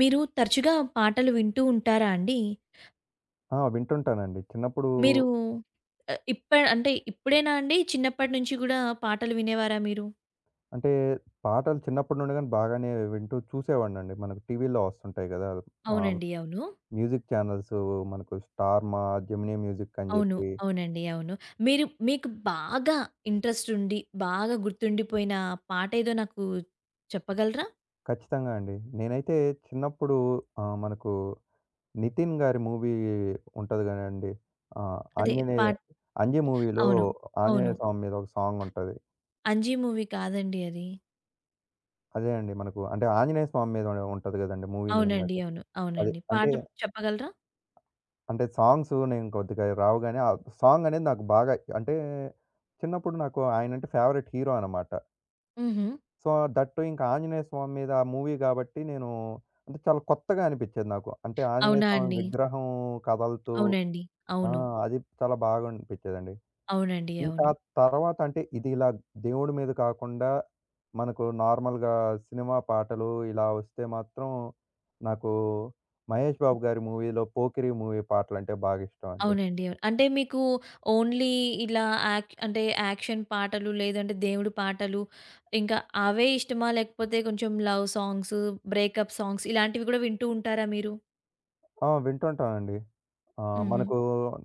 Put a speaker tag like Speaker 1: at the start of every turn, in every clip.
Speaker 1: మీరు తరచుగా పాటలు వింటూ ఉంటారా అండి?
Speaker 2: ఆ! వింటుంటానండి. చిన్నప్పుడు
Speaker 1: మీరు ఇప్ప అంటే ఇప్పుడేనా అండి? చిన్నప్పటి నుంచి గూడా పాటలు వినేవారా మీరు?
Speaker 2: అంటే పాటలు చిన్నప్పటి నుండి గాని బాగానే వింటూ చూసేవాడినండి. మనకు టీవీలో వస్తుంటాయి గదా! ఆహ్,
Speaker 1: అవునండి. అవును.
Speaker 2: మ్యూజిక్ ఛానెల్స్ మనకు స్టార్మా, జెమినీ మ్యూజిక్ అని
Speaker 1: అవును.
Speaker 2: జెప్పి
Speaker 1: అవునండి. అవును. మీరు మీకు బాగా ఇంట్రెస్ట్ ఉండి, బాగా గుర్తుండిపోయిన పాట ఏదో నాకు చెప్పగలరా?
Speaker 2: ఖచ్చితంగా అండి. నేనైతే చిన్నప్పుడు మనకు నితిన్ గారి మూవీ ఉంటది గదండీ!
Speaker 1: అదే
Speaker 2: ఆంజనేయ
Speaker 1: పాట్
Speaker 2: 'అంజి' మూవీలో
Speaker 1: అవును. అవును.
Speaker 2: ఆంజనేయ స్వామి మీద ఒక సాంగ్ ఉంటది.
Speaker 1: 'అంజీ' మూవీ కాదండి అది.
Speaker 2: అదే అండి మనకు అంటే ఆంజనేయ స్వామి మీద ఉంటది గదండీ! మూవీ నేమ్
Speaker 1: అవునండి.
Speaker 2: అది.
Speaker 1: అవును.
Speaker 2: అది
Speaker 1: అవునండి. పాట
Speaker 2: అంటే
Speaker 1: చెప్పగలరా?
Speaker 2: అంటే సాంగ్స్ నేను కొద్దిగా రావుగాని, ఆ సాంగ్ అనేది నాకు బాగా అంటే చిన్నప్పుడు నాకు ఆయనంటే ఫేవరెట్ హీరో అనమాట.
Speaker 1: హుహు.
Speaker 2: సో, దట్ ఇంకా ఆంజనేయ స్వామి మీద ఆ మూవీ కాబట్టి నేను అంటే చాలా కొత్తగా అనిపించేది నాకు. అంటే ఆంజనేయ
Speaker 1: అవునా
Speaker 2: స్వామి
Speaker 1: అండి?
Speaker 2: విగ్రహం కదలుతూ
Speaker 1: అవునండి.
Speaker 2: ఆ!
Speaker 1: అవును.
Speaker 2: అది చాలా బాగా అనిపించేదండి.
Speaker 1: అవునండి.
Speaker 2: ఇంకా
Speaker 1: అవును.
Speaker 2: తర్వాత అంటే ఇది ఇలా దేవుడి మీద కాకుండా మనకు నార్మల్‌గా సినిమా పాటలు ఇలా వస్తే మాత్రం నాకు మహేష్ బాబు గారి మూవీలో 'పోకిరి' మూవీ పాటలంటే బాగా ఇష్టం అండి.
Speaker 1: అవునండి. అవును. అంటే మీకు ఓన్లీ ఇలా యాక్ అంటే యాక్షన్ పాటలు, లేదంటే దేవుడి పాటలు ఇంకా అవే ఇష్టమా? లేకపోతే కొంచెం లవ్ సాంగ్స్, బ్రేకప్ సాంగ్స్ ఇలాంటివి కూడా వింటూ ఉంటారా మీరు?
Speaker 2: ఆ! వింటుంటానండి.
Speaker 1: హుహు.
Speaker 2: మనకు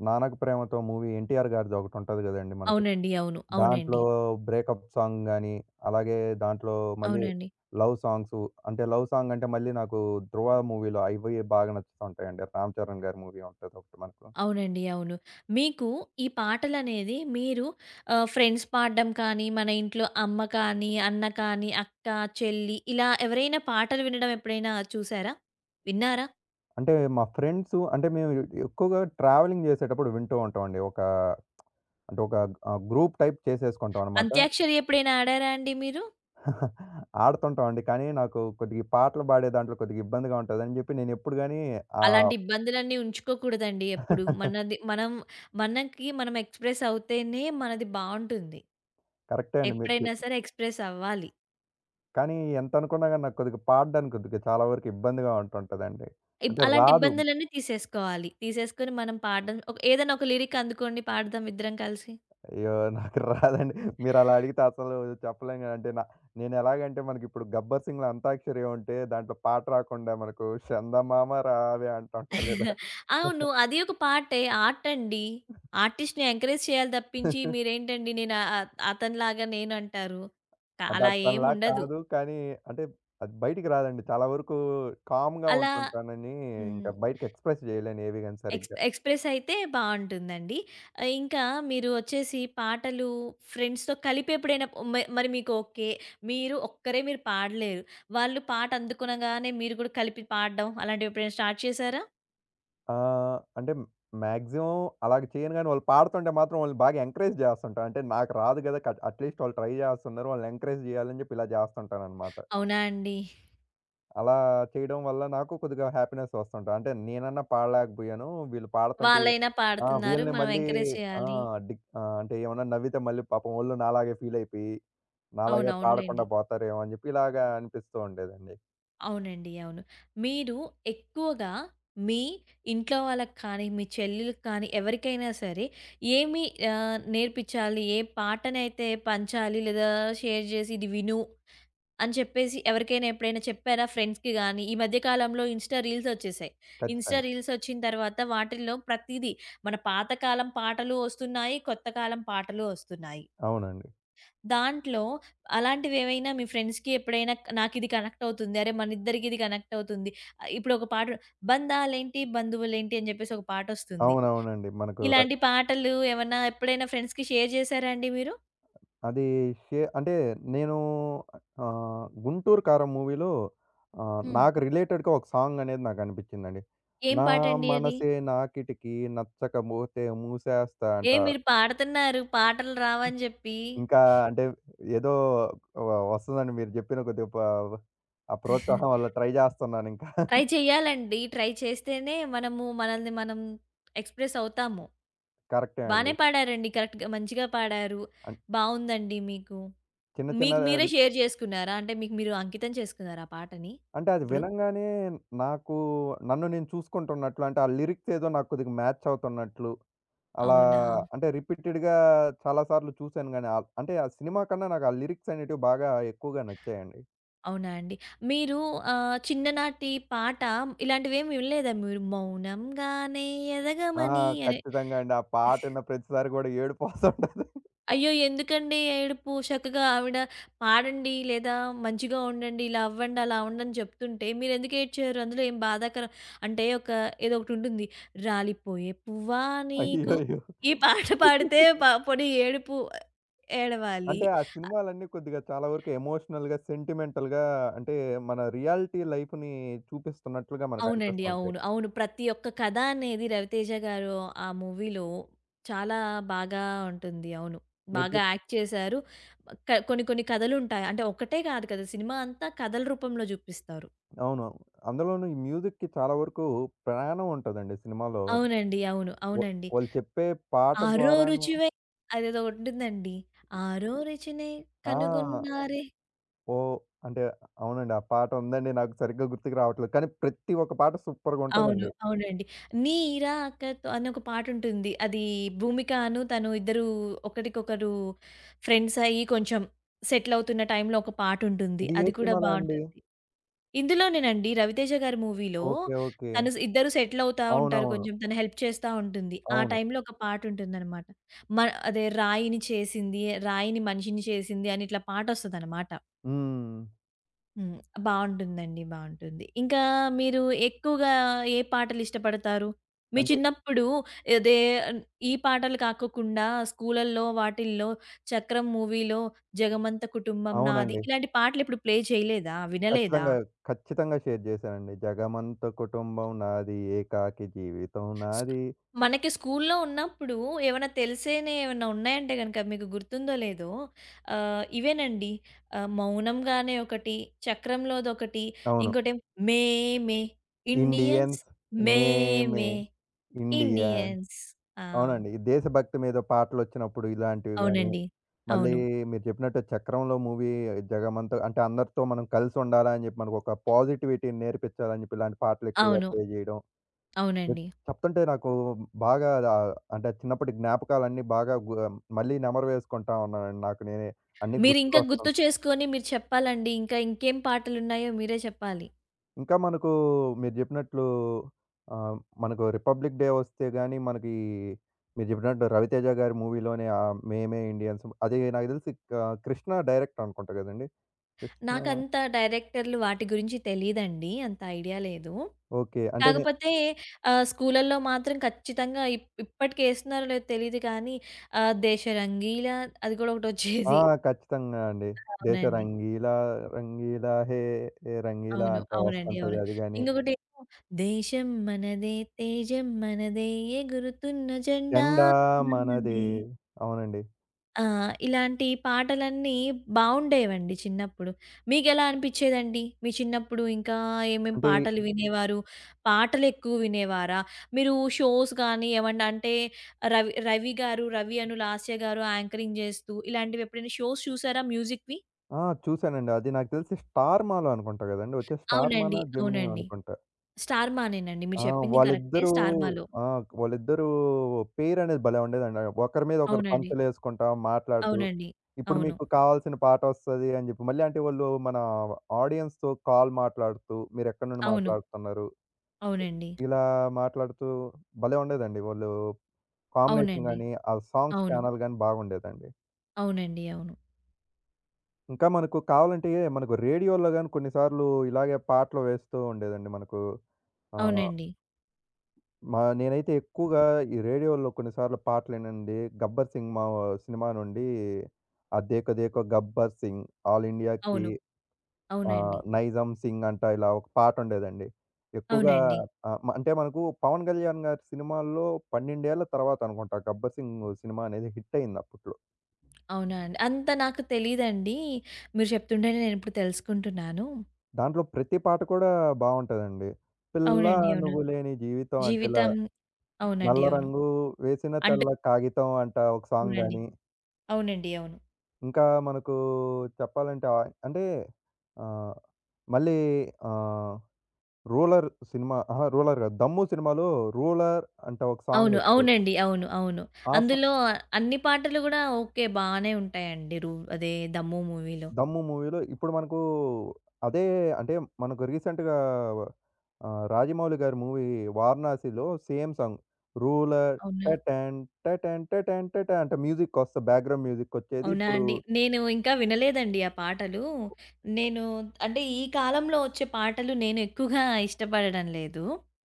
Speaker 2: 'నాన్నకు ప్రేమతో' మూవీ ఎన్టీఆర్ గారిది ఒకటుంటది గదండీ మనకు.
Speaker 1: అవునండి. అవును.
Speaker 2: దాంట్లో
Speaker 1: అవునండి.
Speaker 2: బ్రేకప్ సాంగ్ గాని, అలాగే దాంట్లో మళ్ళీ
Speaker 1: అవునండి.
Speaker 2: లవ్ సాంగ్సు అంటే లవ్ సాంగ్ అంటే మళ్ళీ నాకు 'ధ్రువ' మూవీలో అవి బాగా నచ్చుతూ ఉంటాయండి. రామ్ చరణ్ గారి మూవీ ఉంటది ఒకటి మనకు.
Speaker 1: అవునండి. అవును. మీకు ఈ పాటలనేది మీరు ఫ్రెండ్స్ పాడడం కానీ, మన ఇంట్లో అమ్మ కానీ, అన్న కానీ, అక్క, చెల్లి ఇలా ఎవరైనా పాటలు వినడం ఎప్పుడైనా చూసారా? విన్నారా?
Speaker 2: అంటే మా ఫ్రెండ్సు అంటే మేము ఎక్కువగా ట్రావెలింగ్ జేసేటప్పుడు వింటూ ఉంటామండి. ఒక గ్రూప్ టైప్ చేసేసుకుంటాం అనమాట.
Speaker 1: అంత్యాక్షరి ఎప్పుడైనా ఆడారా అండి మీరు?
Speaker 2: ఆడుతుంటామండి. కానీ నాకు కొద్దిగా ఈ పాటలు పాడే దాంట్లో కొద్దిగా ఇబ్బందిగా ఉంటదని జెప్పి నేనెప్పుడు గాని ఆహ్,
Speaker 1: అలాంటి ఇబ్బందులన్నీ ఉంచుకోకూడదండి ఎప్పుడు. మనది మనం మనకి మనం ఎక్స్‌ప్రెస్ అవుతేనే మనది బావుంటుంది.
Speaker 2: కరెక్టే అండి మీరు
Speaker 1: ఎప్పుడైనా
Speaker 2: చెప్
Speaker 1: సరే ఎక్స్‌ప్రెస్ అవ్వాలి.
Speaker 2: కానీ ఎంతనుకున్నా గాని నాకు కొద్దిగా పాడడానికి కొద్దిగా చాలా వరకు ఇబ్బందిగా ఉంటుంటదండి. అంటే
Speaker 1: అలాంటి
Speaker 2: రాదు.
Speaker 1: ఇబ్బందులన్నీ తీసేసుకోవాలి. తీసేసుకొని మనం పాడడం ఒక ఏదైనా ఒక లిరిక్ అందుకోండి పాడదాం ఇద్దరం కలిసి.
Speaker 2: అయ్యో! నాకు రాదండి. మీరలా అడిగితే అసలు చెప్పలేం గదా! అంటే న నేనెలాగంటే మనకిప్పుడు 'గబ్బర్ సింగ్‌లో' అంతాక్షరి ఉంటే దాంట్లో పాట రాకుండా మనకు 'చందమామ రావే' అంటుంటారు గదా!
Speaker 1: అవును. అది ఒక పార్టే. ఆర్ట్ అండి. ఆర్టిస్ట్‌ని ఎంకరేజ్ చేయాలి తప్పించి మీరేంటండి నేను అతనిలాగా నేనంటారు.
Speaker 2: అంటే
Speaker 1: అలా
Speaker 2: అతనిలా
Speaker 1: ఏముండదు.
Speaker 2: కాదు. కానీ అంటే అది బయటికి రాదండి. చాలా వరకు కామ్‌గా
Speaker 1: అలా
Speaker 2: ఉంటుంటానని
Speaker 1: హ్మ్.
Speaker 2: ఇంకా బయటకి ఎక్స్‌ప్రెస్ చేయలేను ఏవి గాని సరిగ్గా.
Speaker 1: ఎక్స్‌ప్రెస్ అయితే బావుంటుందండి. ఇంకా మీరు వచ్చేసి పాటలు ఫ్రెండ్స్‌తో కలిపి ఎప్పుడైనా మరి మీకు ఓకే. మీరు ఒక్కరే మీరు పాడలేరు. వాళ్ళు పాట అందుకునగానే మీరు కూడా కలిపి పాడడం అలాంటివి ఎప్పుడైనా స్టార్ట్ చేశారా?
Speaker 2: అంటే మాక్సిమం అలాగ చేయను గాని వాళ్ళు పాడుతుంటే మాత్రం వాళ్ళని బాగా ఎంకరేజ్ చేస్తుంటా. అంటే నాకు రాదు గదా! కట్ అట్‌లీస్ట్ వాళ్ళు ట్రై చేస్తున్నారు. వాళ్ళని ఎంకరేజ్ చేయాలని చెప్పి ఇలా చేస్తుంటాననమాట.
Speaker 1: అవునా అండి.
Speaker 2: అలా చేయడం వల్ల నాకు కొద్దిగా హ్యాపీనెస్ వస్తుంటా. అంటే నేనన్నా పాడలేకపోయాను. వీళ్ళు పాడుతుంటే
Speaker 1: వాళ్ళైనా
Speaker 2: ఆ!
Speaker 1: పాడుతున్నారు.
Speaker 2: వీళ్ళని
Speaker 1: మనం
Speaker 2: మళ్ళీ
Speaker 1: ఎంకరేజ్
Speaker 2: ఆ!
Speaker 1: చేయాలి.
Speaker 2: డి అంటే ఏమన్నా నవ్వితే మళ్ళీ పాపం వోళ్ళు నాలాగే ఫీల్ అయిపోయి నాలాగే
Speaker 1: అవునవునులెండి.
Speaker 2: పాడకుండా పోతారేమో అని జెప్పి ఇలాగా అనిపిస్తూ ఉండేదండి.
Speaker 1: అవునండి. అవును. మీరు ఎక్కువగా మీ ఇంట్లో వాళ్ళకి కానీ, మీ చెల్లెలకి కానీ ఎవరికైనా సరే ఏమి నేర్పించాలి? ఏ పాటనైతే పంచాలి లేదా షేర్ చేసి ఇది విను అని చెప్పేసి ఎవరికైనా ఎప్పుడైనా చెప్పారా ఫ్రెండ్స్‌కి గానీ? ఈ మధ్య కాలంలో ఇన్‌స్టా రీల్స్ వచ్చేసాయి. ఇన్‌స్టా
Speaker 2: ఖచ్చితంగా.
Speaker 1: రీల్స్ వచ్చిన తర్వాత వాటిల్లో ప్రతీదీ మన పాతకాలం పాటలు వస్తున్నాయి. కొత్త కాలం పాటలు వస్తున్నాయి.
Speaker 2: అవునండి.
Speaker 1: దాంట్లో అలాంటివేవైనా మీ ఫ్రెండ్స్‌కి ఎప్పుడైనా నాకిది కనెక్ట్ అవుతుంది. అరే! మనిద్దరికి ఇది కనెక్ట్ అవుతుంది. ఇప్పుడొక పాట బంధాలేంటి, బంధువులేంటి అని జెప్పేసి ఒక పాటొస్తుంది.
Speaker 2: అవునవునండి. మనకు రై
Speaker 1: ఇలాంటి పాటలు ఏమన్నా ఎప్పుడైనా ఫ్రెండ్స్‌కి షేర్ జేశారా అండి మీరు?
Speaker 2: అది షే అంటే నేను 'గుంటూరు కారం' మూవీలో
Speaker 1: హ్మ్.
Speaker 2: నాకు రిలేటెడ్‌గా ఒక సాంగ్ అనేది నాకు అనిపిచ్చిందండి.
Speaker 1: ఏం
Speaker 2: నా
Speaker 1: పాటండి అది?
Speaker 2: మనసే నా కిటికీ నచ్చకపోతే మూసేస్తా
Speaker 1: ఏ
Speaker 2: అంట.
Speaker 1: మీరు పాడుతున్నారు పాటలు రావని జెప్పి.
Speaker 2: ఇంకా అంటే ఏదో వ వస్తదండి మీరు జెప్పిన కొద్దిగా ప ఆ ప్రోత్సాహం వల్ల ట్రై జేస్తున్నానింకా.
Speaker 1: ట్రై చేయాలండి. ట్రై చేస్తేనే మనము మనల్ని మనం ఎక్స్‌ప్రెస్ అవుతాము.
Speaker 2: కరెక్టే
Speaker 1: బానే
Speaker 2: అండి.
Speaker 1: పాడారండి. కరెక్ట్‌గా మంచిగా పాడారు.
Speaker 2: అన్
Speaker 1: బావుందండి మీకు.
Speaker 2: చిన్న చిన్న
Speaker 1: మీకు మీరే షేర్ చేసుకున్నారా? అంటే మీకు మీరు అంకితం చేసుకున్నారా ఆ పాటని
Speaker 2: అంటే అది
Speaker 1: ఇప్పుడు?
Speaker 2: వినంగానే నాకు నన్ను నేను చూసుకుంటున్నట్లు అంటే ఆ లిరిక్స్ ఏదో నాకు కొద్దిగా మ్యాచ్ అవుతున్నట్లు అలా
Speaker 1: అవునా?
Speaker 2: హ్మ్. అంటే రిపీటెడ్‌గా చాలా సార్లు చూసాను గానీ ఆల్ అంటే ఆ సినిమా కన్నా నాకు ఆ లిరిక్స్ అనేటివి బాగా ఎక్కువగా నచ్చాయండి.
Speaker 1: అవునా అండి. మీరు చిన్ననాటి పాట ఇలాంటివేమి వినలేదా మీరు? మౌనంగానే
Speaker 2: ఆ!
Speaker 1: ఎదగమని అనే
Speaker 2: ఖచ్చితంగా అండి. ఆ పాట విన్న ప్రతిసారి గూడా ఏడుపొస్తుంటది.
Speaker 1: అయ్యో! ఎందుకండి ఏడుపు? చక్కగా ఆవిడ పాడండి లేదా మంచిగా ఉండండి, ఇలా అవ్వండి, అలా అవ్వండి అని చెప్తుంటే మీరెందుకు ఏడ్చారు? అందులో ఏం బాధాకరం అంటే ఒక ఏదో ఒకటుంటుంది. రాలిపోయే పువ్వా నీకు
Speaker 2: అయ్యయ్యో!
Speaker 1: ఈ పాట పాడితే పోనీ ఏడుపు ఏడవాలి.
Speaker 2: అంటే ఆ సినిమాలన్నీ కొద్దిగా చాలా వరకు ఎమోషనల్‌గా, సెంటిమెంటల్‌గా అంటే మన రియాలిటీ లైఫ్‌ని చూపిస్తున్నట్లుగా
Speaker 1: అవునండి.
Speaker 2: మనకనిపిస్తుంటాయి.
Speaker 1: అవును. అవును. ప్రతి ఒక్క కథ అనేది 'రవితేజ' గారు ఆ మూవీలో చాలా బాగా ఉంటుంది. అవును.
Speaker 2: మీరు
Speaker 1: బాగా
Speaker 2: చెప్
Speaker 1: యాక్ట్ చేశారు. కొన్ని కొన్ని కథలుంటాయి. అంటే ఒక్కటే కాదు కదా! సినిమా అంతా కథల రూపంలో చూపిస్తారు.
Speaker 2: అవును. అందులోనూ ఈ మ్యూజిక్‌కి చాలా వరకు ప్రాణం ఉంటదండి సినిమాలో.
Speaker 1: అవునండి. అవును.
Speaker 2: వ
Speaker 1: అవునండి.
Speaker 2: వాళ్ళు చెప్పే పాట
Speaker 1: ఆరో
Speaker 2: ద్వారాను
Speaker 1: రుచివై అదేదో ఒకటి ఉంటుందండి. ఆరో రుచినే
Speaker 2: ఆ!
Speaker 1: కనుగొన్నారే
Speaker 2: ఓహ్! అంటే అవునండి. ఆ పాట ఉందండి. నాకు సరిగ్గా గుర్తుకు రావట్లేదు. కానీ ప్రతి ఒక్క పాట సూపర్‌గా
Speaker 1: అవును.
Speaker 2: ఉంటదండి.
Speaker 1: అవునండి. 'నీరాకతో' అని ఒక పాటుంటుంది. అది భూమికను తను ఇద్దరు ఒకరికొకరు ఫ్రెండ్స్ అయ్యి కొంచెం సెటిల్ అవుతున్న టైంలో ఒక పాటుంటుంది.
Speaker 2: ఇది ఏ
Speaker 1: అది కూడా
Speaker 2: సినిమాలో అండి?
Speaker 1: బావుంటుంది. ఇందులోనేనండి 'రవితేజ' గారి మూవీలో
Speaker 2: ఓకే. ఓకే.
Speaker 1: తను ఇద్దరు సెటిల్ అవుతా ఉంటారు
Speaker 2: అవునవును.
Speaker 1: కొంచెం. తను హెల్ప్ చేస్తా ఉంటుంది. ఆ
Speaker 2: అవును.
Speaker 1: టైంలో ఒక పాటుంటుందనమాట. మ అదే రాయిని చేసింది, రాయిని మనిషిని చేసింది అని ఇట్లా పాటొస్తదనమాట.
Speaker 2: హ్మ్.
Speaker 1: హ్మ్. బావుంటుందండి. బావుంటుంది. ఇంకా మీరు ఎక్కువగా ఏ పాటలిష్టపడతారు? మీ
Speaker 2: అంటే
Speaker 1: చిన్నప్పుడు అదే ఈ పాటలు కాకోకుండా స్కూలల్లో వాటిల్లో 'చక్రం' మూవీలో 'జగమంత కుటుంబం నాది'
Speaker 2: అవునండి.
Speaker 1: ఇలాంటి పాటలు ఎప్పుడు ప్లే చేయలేదా? వినలేదా?
Speaker 2: ఖచ్చితంగా, ఖచ్చితంగా షేర్ చేశానండి. జగమంత కుటుంబం నాది, ఏకాకి జీవితం
Speaker 1: స్
Speaker 2: నాది.
Speaker 1: మనకి స్కూల్లో ఉన్నప్పుడు ఏమైనా తెలిసేనయి ఏమన్నా ఉన్నాయంటే గనక మీకు గుర్తుందో లేదో ఇవేనండి. 'మౌనంగానే' ఒకటి, 'చక్రంలోదొకటి'
Speaker 2: అవును.
Speaker 1: ఇంకోటేమో 'మేమే ఇండియన్స్
Speaker 2: ఇండియన్స్ మేమే
Speaker 1: మేమే
Speaker 2: ఇండియన్
Speaker 1: ఇండియన్స్' ఆ!
Speaker 2: అవునండి. ఈ దేశభక్తి మీద పాటలొచ్చినప్పుడు ఇలాంటివి గాని,
Speaker 1: అవునండి.
Speaker 2: మళ్ళీ
Speaker 1: అవును.
Speaker 2: మీరు చెప్పినట్టు 'చక్రంలో' మూవీ 'జగమంత' అంటే అందరితో మనం కలిసుండాలా అని జెప్పి మనకొక పాజిటివిటీని నేర్పించాలని జెప్పి ఇలాంటి పాటలు ఎక్కువగా
Speaker 1: అవును.
Speaker 2: ప్లే జేయడం. మీరు
Speaker 1: అవునండి.
Speaker 2: చెప్తుంటే నాకు బాగా రా అంటే చిన్నప్పటి జ్ఞాపకాలన్నీ బాగా గు మళ్ళీ నెమరు వేసుకుంటా ఉన్నానండి నాకు నేనే. అన్నీ
Speaker 1: మీరింకా గుర్తు
Speaker 2: గుర్తుకొస్తున్నాయి.
Speaker 1: చేసుకొని మీరు చెప్పాలండి. ఇంకా ఇంకేం పాటలున్నాయో మీరే చెప్పాలి.
Speaker 2: ఇంకా మనకు మీరు జెప్పినట్లు ఆహ్, మనకు 'రిపబ్లిక్ డే' వస్తే గాని మనకి మీరు జెప్పినట్టు 'రవితేజ' గారి మూవీలోనే 'మేమే ఇండియన్స్' అది నాకు దెలిసి క కృష్ణ డైరెక్టర్ అనుకుంటా గదండీ! కృష్ణ
Speaker 1: నాకంత డైరెక్టర్లు వాటి గురించి తెలీదండి. అంత ఐడియా లేదు.
Speaker 2: ఓకే. అంటే నే
Speaker 1: కాకపోతే స్కూలల్లో మాత్రం ఖచ్చితంగా ఇప్పటికి ఏస్తున్నారో లేదో తెలీదు కానీ 'దేశ రంగీలా' అది కూడా
Speaker 2: ఆ!
Speaker 1: ఒకటొచ్చేది.
Speaker 2: ఖచ్చితంగా అండి. 'దేశ
Speaker 1: అవునండి.
Speaker 2: రంగీలా రంగీలా హే హే రంగీలా'
Speaker 1: అవును.
Speaker 2: అంట
Speaker 1: అవునండి. అవును.
Speaker 2: వస్తుంటది అది గాని.
Speaker 1: ఇంకొకటేమో 'దేశం మనదే తేజం మనదే ఎగురుతున్న జెండా
Speaker 2: 'జెండా మనదే'
Speaker 1: మనదే.'
Speaker 2: అవునండి.
Speaker 1: ఆ! ఇలాంటి పాటలన్నీ బావుండేవండి చిన్నప్పుడు. మీకెలా అనిపిచ్చేదండి? మీ చిన్నప్పుడు ఇంకా ఏమేం
Speaker 2: అంటే
Speaker 1: పాటలు వినేవారు? పాటలెక్కువ వినేవారా? మీరు షోస్ గానీ ఏమన్నా అంటే రవి రవి గారు, రవి అనిల్, ఆస్య గారు యాంకరింగ్ చేస్తూ ఇలాంటివి ఎప్పుడైనా షోస్ చూసారా మ్యూజిక్‌వి?
Speaker 2: ఆ! చూసానండి. అది నాకు తెలిసి 'స్టార్ మాలో' అనుకుంటా గదండీ! వచ్చే 'స్టార్
Speaker 1: అవునండి.
Speaker 2: మానా' జెమినీ
Speaker 1: అవునండి.
Speaker 2: అనుకుంటా.
Speaker 1: 'స్టార్ మా' నేనండి. మీరు
Speaker 2: ఆ!
Speaker 1: చెప్పింది కరెక్టే
Speaker 2: వాళ్ళిద్దరూ
Speaker 1: 'స్టార్ మాలో'.
Speaker 2: ఆ! వాళ్ళిద్దరూ పెయిర్ అనేది భలే ఉండేదండి. ఒకరి మీద ఒకరు
Speaker 1: అవునండి.
Speaker 2: పంచులేసుకుంటా మాట్లాడుతూ,
Speaker 1: అవునండి.
Speaker 2: ఇప్పుడు
Speaker 1: అవును.
Speaker 2: మీకు కావాల్సిన పాటొస్తది అని జెప్పి, మళ్ళీ అంటే వాళ్ళు మన ఆడియన్స్‌తో కాల్ మాట్లాడుతూ, మీరెక్కడి నుండి
Speaker 1: అవును.
Speaker 2: మాట్లాడుతున్నారు,
Speaker 1: అవునండి.
Speaker 2: ఇలా మాట్లాడుతూ భలే ఉండేదండి. వాళ్ళు కాంబినేషన్
Speaker 1: అవునండి.
Speaker 2: గాని, ఆ సాంగ్స్
Speaker 1: అవును.
Speaker 2: చానెల్ గాని బాగుండేదండి.
Speaker 1: అవునండి. అవును.
Speaker 2: ఇంకా మనకు కావాలంటే మనకు రేడియోలో గాని కొన్ని సార్లు ఇలాగే పాటలు వేస్తూ ఉండేదండి మనకు. ఆ!
Speaker 1: అవునండి.
Speaker 2: మా నేనైతే ఎక్కువగా ఈ రేడియోలో కొన్నిసార్లు పాటలినండి. 'గబ్బర్ సింగ్' మా సినిమా నుండి ఆ 'దేకో దేకో గబ్బర్ సింగ్', 'ఆల్ ఇండియాకి'
Speaker 1: అవును. అవునండి.
Speaker 2: 'నైజాం సింగ్' అంట ఇలా ఒక పాటుండేదండి. ఎక్కువగా
Speaker 1: అవునండి.
Speaker 2: హ్మ్. మ అంటే మనకు పవన్ కళ్యాణ్ గారి సినిమాల్లో 12 ఏళ్ల తర్వాత అనుకుంటా 'గబ్బర్ సింగ్' సినిమా అనేది హిట్టయింది అప్పట్లో.
Speaker 1: అవునా అండి. అంత నాకు తెలీదండి. మీరు చెప్తుంటేనే నేనిప్పుడు తెలుసుకుంటున్నాను.
Speaker 2: దాంట్లో ప్రతి పాట కూడా బావుంటదండి. 'పిల్ల
Speaker 1: అవునండి. అవును.
Speaker 2: నువ్వు లేని జీవితం' అంటే ఇలా
Speaker 1: జీవితం అవునండి.
Speaker 2: 'నల్ల
Speaker 1: అవును.
Speaker 2: రంగు వేసిన
Speaker 1: అంటే
Speaker 2: తెల్ల కాగితం' అంట ఒక సాంగ్
Speaker 1: అవునండి.
Speaker 2: గాని
Speaker 1: అవునండి. అవును.
Speaker 2: ఇంకా మనకు చెప్పాలంటే అంటే ఆహ్, మళ్ళీ ఆహ్, 'రూలర్' సినిమా అహా! 'రూలర్' కాదు. 'దమ్ము' సినిమాలో 'రూలర్' అంటే ఒక
Speaker 1: అవును.
Speaker 2: సాంగొచ్చేది.
Speaker 1: అవునండి. అవును. అవును.
Speaker 2: ఆ సా
Speaker 1: అందులో అన్ని పాటలు గూడా ఓకే. బానే ఉంటాయండి. అదే 'దమ్ము' మూవీలో.
Speaker 2: 'దమ్ము' మూవీలో ఇప్పుడు మనకు అదే అంటే మనకు రీసెంట్‌గా 'రాజమౌళి' గారి మూవీ 'వారణాసిలో' సేమ్ సాంగ్ 'రూలర్'
Speaker 1: అవునా?
Speaker 2: టటన్, టటన్, టటన్, టట అంటే మ్యూజికొస్తా బ్యాక్‌గ్రౌండ్ మ్యూజికొచ్చేది.
Speaker 1: అవునా
Speaker 2: ఇప్పుడు
Speaker 1: అండి? నేను ఇంకా వినలేదండి ఆ పాటలు. నేను అంటే ఈ కాలంలో వచ్చే పాటలు నేను ఎక్కువగా ఇష్టపడడం లేదు.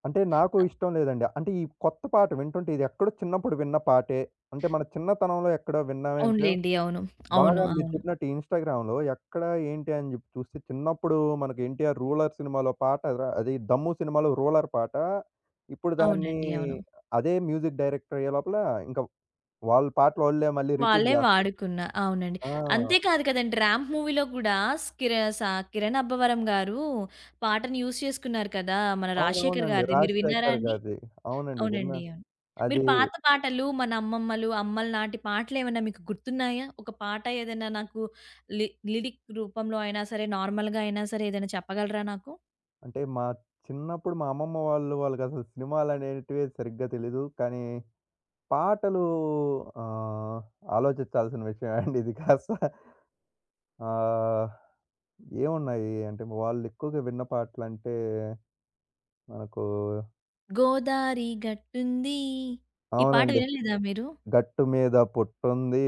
Speaker 2: అంటే నాకు ఇష్టం లేదండి. అంటే ఈ కొత్త పాట వింటుంటే ఇది ఎక్కడో చిన్నప్పుడు విన్న పాటే. అంటే మన చిన్నతనంలో ఎక్కడో విన్నామేంటో
Speaker 1: అవునులెండి. అవును. అవును.
Speaker 2: బాగా మీరు
Speaker 1: అవును.
Speaker 2: చెప్పినట్టు ఇన్‌స్టాగ్రామ్‌లో ఎక్కడ ఏంటి అని జెప్పి చూస్తే చిన్నప్పుడు మనకి 'ఎన్టీఆర్ రూలర్' సినిమాలో పాట ర అది 'దమ్ము' సినిమాలో రూలర్ పాట. ఇప్పుడు దాన్ని
Speaker 1: అవునండి. అవును.
Speaker 2: అదే మ్యూజిక్ డైరెక్టర్ అయ్యే లోపల ఇంకా వాళ్ళ పాటలు వాళ్ళే మళ్ళీ రిపీట్
Speaker 1: వాళ్ళే
Speaker 2: జేస్తారు.
Speaker 1: వాడుకున్న. అవునండి.
Speaker 2: ఆ!
Speaker 1: అంతే కాదు కదండీ 'ర్యాంప్' మూవీలో కూడా కిర కిరణ్ అబ్బవరం గారు పాటను యూజ్ చేసుకున్నారు కదా! మన రాజశేఖర్
Speaker 2: అవునవునండి.
Speaker 1: గారిది. మీరు విన్నారా
Speaker 2: రాజశేఖర్
Speaker 1: అండి?
Speaker 2: గారిది. అవునండి విన్నా.
Speaker 1: అవునండి. అవును. మీరు
Speaker 2: అది
Speaker 1: పాత పాటలు, మన అమ్మమ్మలు, అమ్మల నాటి పాటలేమన్నా మీకు గుర్తున్నాయా? ఒక పాట ఏదైనా నాకు లి లిరిక్ రూపంలో అయినా సరే, నార్మల్‌గా అయినా సరే ఏదైనా చెప్పగలరా నాకు?
Speaker 2: అంటే మా చిన్నప్పుడు మా అమ్మమ్మ వాళ్ళు వాళ్ళకసలు సినిమాలనేటివే సరిగ్గా తెలీదు. కానీ పాటలు ఆహ్, ఆలోచించాల్సిన విషయమే అండి ఇది కాస్త. ఆహ్, ఏమున్నాయి అంటే వాళ్ళెక్కువగా విన్న పాటలంటే మనకు
Speaker 1: 'గోదారి గట్టుంది' ఈ పాట
Speaker 2: అవునండి.
Speaker 1: వినలేదా మీరు?
Speaker 2: 'గట్టు మీద పొట్టుంది.'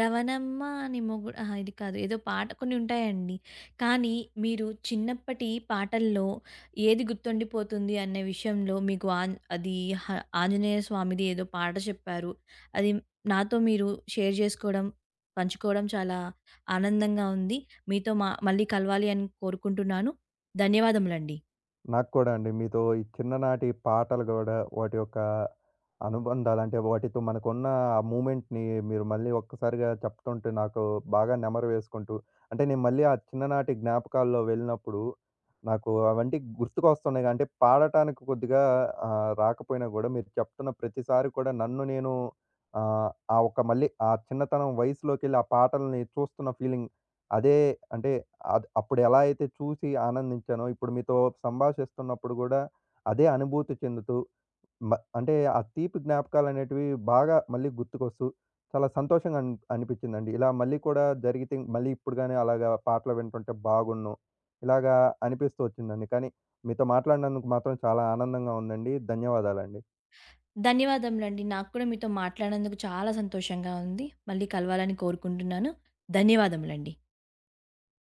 Speaker 1: రవణమ్మ అని మొగుడు అహా! ఇది కాదు. ఏదో పాట కొన్ని ఉంటాయండి. కానీ మీరు చిన్నప్పటి పాటల్లో ఏది గుర్తుండిపోతుంది అనే విషయంలో మీకు ఆన్ అది హ ఆంజనేయ స్వామిది ఏదో పాట చెప్పారు. అది నాతో మీరు షేర్ చేసుకోవడం, పంచుకోవడం చాలా ఆనందంగా ఉంది. మీతో మళ్ళీ కలవాలి అని కోరుకుంటున్నాను. ధన్యవాదములండి.
Speaker 2: నాకు కూడా అండి. మీతో ఈ చిన్ననాటి పాటలు గూడా, వాటి యొక్క అనుబంధాలు అంటే, వాటితో మనకున్న ఆ మూమెంట్‌ని మీరు మళ్ళీ ఒక్కసారిగా చెప్తుంటే నాకు బాగా నెమరు వేసుకుంటూ, అంటే నేను మళ్ళీ ఆ చిన్ననాటి జ్ఞాపకాల్లో వెళ్ళినప్పుడు, నాకు అవన్నీ గుర్తుకొస్తున్నాయి. అంటే పాడటానికి కొద్దిగా రాకపోయినా గూడా మీరు చెప్తున్న ప్రతిసారి కూడా నన్ను నేను ఆహ్, ఆ ఒక్క మళ్ళీ ఆ చిన్నతనం వయసులోకెళ్ళి ఆ పాటల్ని చూస్తున్న ఫీలింగ్ అదే అంటే అద్ అప్పుడు ఎలా అయితే చూసి ఆనందించానో, ఇప్పుడు మీతో సంభాషిస్తున్నప్పుడు గూడా అదే అనుభూతి చెందుతూ, మ అంటే ఆ తీపి జ్ఞాపకాలనేటివి బాగా మళ్ళీ గుర్తుకొస్తూ, చాలా సంతోషంగా అన్ అనిపిచ్చిందండి. ఇలా మళ్ళీ కూడా జరిగితే మళ్ళీ ఇప్పుడు గాని అలాగా పాటలు వింటుంటే బాగున్ను. ఇలాగా అనిపిస్తూ వచ్చిందండి. కానీ మీతో మాట్లాడినందుకు మాత్రం చాలా ఆనందంగా ఉందండి. ధన్యవాదాలండి.
Speaker 1: ధన్యవాదములండి. నాకు కూడా మీతో మాట్లాడినందుకు చాలా సంతోషంగా ఉంది. మళ్ళీ కలవాలని కోరుకుంటున్నాను. ధన్యవాదములండి.